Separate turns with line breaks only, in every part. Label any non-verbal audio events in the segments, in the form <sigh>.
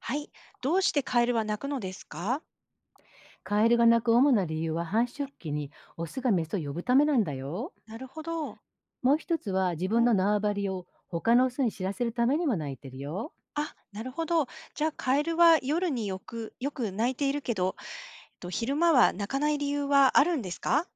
はい、どうしてカエルは鳴くのですか？
カエルが鳴く主な理由は、繁
え。
殖期にオスがメスを呼ぶためなんだよ。
なるほど。
もう一つは、自分の
え、
縄張りを他のオスに知らせるためにも鳴いてるよ。
あ、なるほど。じゃあ、カエルは夜によくよく鳴いているけど、昼間は鳴かない理由はあるんですか？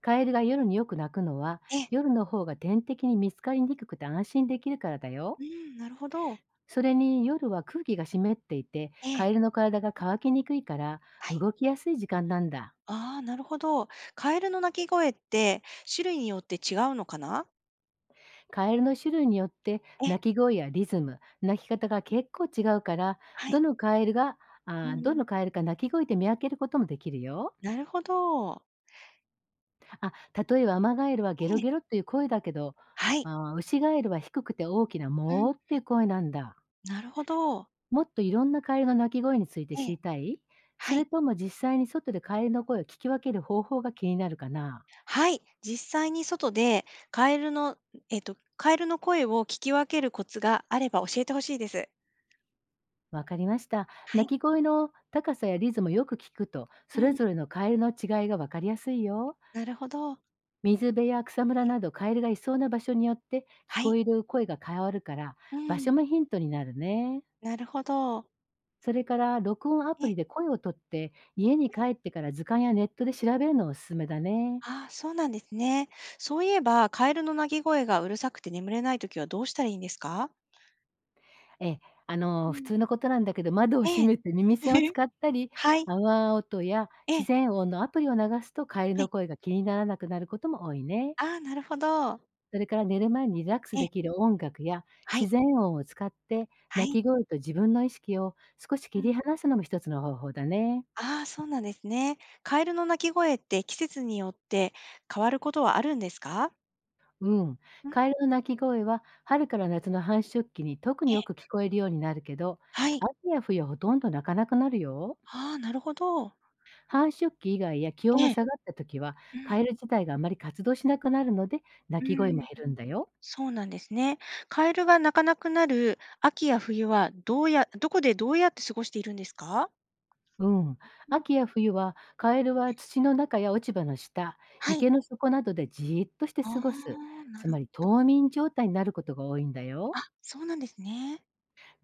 カエルが夜によく鳴くのは、
え、
夜の方が天敵に見つかりにくくて安心できるからだよ。
うん、なるほど。
それに、夜は空気が湿っていて
え
カエ
え。
ルの体が乾きにくいから、
はい。
動きやすい時間なんだ。
ああ、なるほど。カエルの鳴き声って種類によって違うのかな？
カエルの種類によって
え、
鳴き声やリズム、鳴き方が結構違うから、
は
ど
い。
のカエルが、
うんう
ど
ん。
のカエルか鳴き声で見分けることもできるよ。
なるほど。
あ、例えばアマガエルは
え
ゲロ
え。
ゲロっていう声だけど、
はい。
ウシガエルは低くて大きな
うん。
モーっていう声なんだ。
なるほど。
もっといろんなカエルの鳴き声について
え
知
え、
りたい？
は
それ
い。
とも、実際に外でカエルの声を聞き分ける方法が気になるかな？
はい、実際に外でカエルの、カエルの声を聞き分けるコツがあれば教えて欲しいです。
わかりました。
は
鳴
い、
き声の高さやリズムをよく聞くと、
う
それ
ん、
ぞれのカエルの違いがわかりやすいよ。
なるほど。
水辺や草むらなど、カエルがいそうな場所によって聞
は
こ
い、
える声が変わるから、
う
場
ん、
所もヒントになるね。
なるほど。
それから、録音アプ
え、
リで声をとって家に
はい。
帰ってから図鑑やネットで調べるのおすすめだね。
ああ、そうなんですね。そういえば、カエルの鳴き声がうるさくて眠れないときはどうしたらいいんですか？
ええ、
う
普
ん、
通のことなんだけど、窓を
え
閉
え。
めて耳栓を
<laughs>
使ったり、
はい、
泡音や
え
自
え、
然音のアプリを流すとカエル
は
の
い。
声が気にならなくなることも多いね。
ああ、なるほど。
それから、寝る前にリラックス
ええ、
できる音楽や
は
自
い、
然音を使って、
は
鳴
い。
き声と自分の意識を少し
う
切
ん。
り離すのも一つの方法だね。
ああ、そうなんですね。カエルの鳴き声って季節によって変わることはあるんですか？
うん。
うん、
カエルの鳴き声は春から夏の繁殖期に特
え
によ
え、
く聞こえるようになるけど、
はい。
秋や冬はほとんど鳴かなくなるよ。
ああ、なるほど。
繁殖期以外や気温が
ええ、
下がった時は、
う
カ
ん、
エル自体があまり活動しなくなるので、鳴
う
き声も
ん、
減るんだよ。
そうなんですね。カエルが鳴かなくなる秋や冬はどこでどうやって過ごしているんですか？
うん。
うん、
秋や冬は、カエルは土の中や落ち葉の下、
はい。
池の底などでじーっとして
あ
過ごす。
あ、な
つ
る
まり、冬眠状態になることが多いんだ
あ、
よ。
そうなんですね。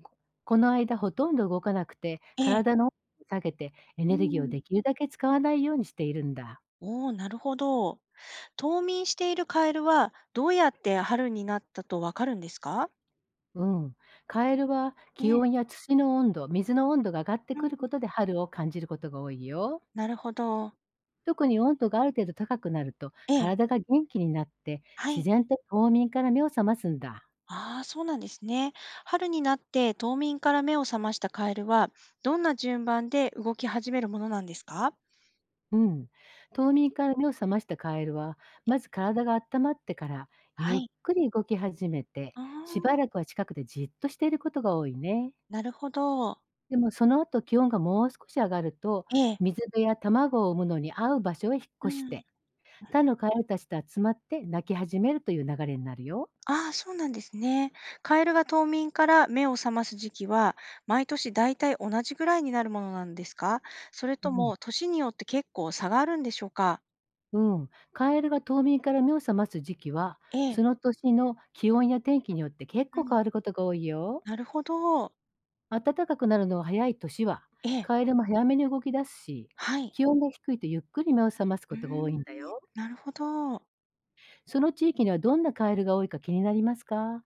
ここの間ほとんど動かなくて、
ええ、
体の温度を下げてエ
う
ネルギーを
ん。
できるだけ使わないようにしているんだ。
おお、なるほど。冬眠しているカエルはどうやって春になったとわかるんですか？
うん。カエルは
え
気
え、
温や土の温度、水の温度が上がって
う
く
ん。
ることで春を感じることが多いよ。
なるほど。
特に温度がある程度高くなると、
ええ、
体が元気になって
は
自
い。
然と冬眠から目を覚ますんだ。
ああ、そうなんですね。春になって冬眠から目を覚ましたカエルは、どんな順番で動き始めるものなんですか？
うん。冬眠から目を覚ましたカエルは、
え、
まず体が温まってから、
は
ゆっ
い。
くり動き始めて、
あ
しば
あ、
らくは近くでじっとしていることが多いね。
なるほど。
でも、その後気温がもう少し上がると、
ええ、
水辺や卵を産むのに合う場所へ引っ
う
越し
ん。
て、他のカエルたちと集まって鳴き始めるという流れになるよ。
ああ、そうなんですね。カエルが冬眠から目を覚ます時期は、毎年大体同じぐらいになるものなんですか？それ
う
と
ん。
も、年によって結構差があるんでしょうか？
うん、カエルが冬眠から目を覚ます時期は、
ええ、
その年の気温や天気によって結
う
構
ん。
変わることが多いよ。
なるほど。
暖かくなるのは早い年は、
ええ、
カエルも早めに動き出すし、
はい。
気温が低いとゆっくり目を覚ます
う
こ
ー
とが多い
ん、
んだよ。
なるほど。
その地域にはどんなカエルが多いか気になりますか？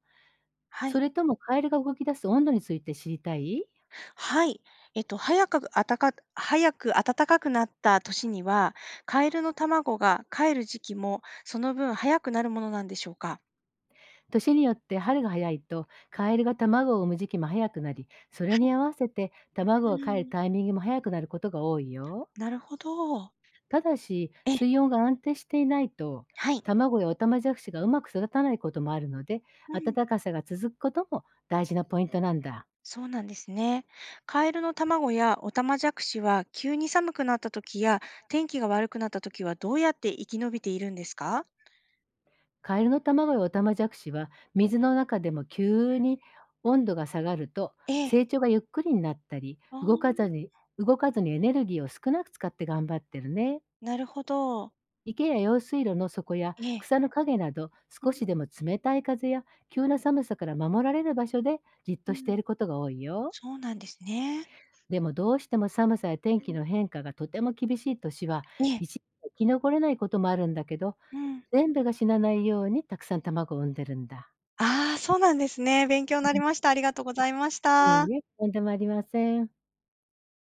は
そ
い。
れとも、カエルが動き出す温度について知りたい？
はい。早く暖かくなった年には、カエルの卵がかえる時期も、その分早くなるものなんでしょうか？
年によって春が早いと、カエルが卵を産む時期も早くなり、それ
はい。
に合わせて
う
卵がかえる
ん、
タイミングも早くなることが多いよ。
なるほど。
ただし、
え
水温が安定していないと、
はい。
卵やオタマジャクシがうまく育たないこともあるので、
うん、
暖かさが続くことも大事なポイントなんだ。
そうなんですね。カエルの卵やオタマジャクシは、急に寒くなった時や、天気が悪くなった時はどうやって生き延びているんですか？
カエルの卵やオタマジャクシは、水の中でも急に温度が下がると、
ええ、
成長がゆっくりになったり、
あー、
動かずにエネルギーを少なく使って頑張ってるね。
なるほど。
池や用水路の底や
ええ、
草の陰など、少しでも冷たい風や急な寒さから守られる場所でじっ
う
と
ん、
し
うん、
ていることが多いよ。
そうなんですね。
でも、どうしても寒さや天
う
気
ん、
の変化がとても厳しい年は、
ええ、
一年生き残れないこともあるんだけど、
うん。
全部が死なないようにたくさん卵を産んでるんだ。
ああ、そうなんですね。勉強になりました。ありがとうございまし
い
た。
いえ、とんでもありません。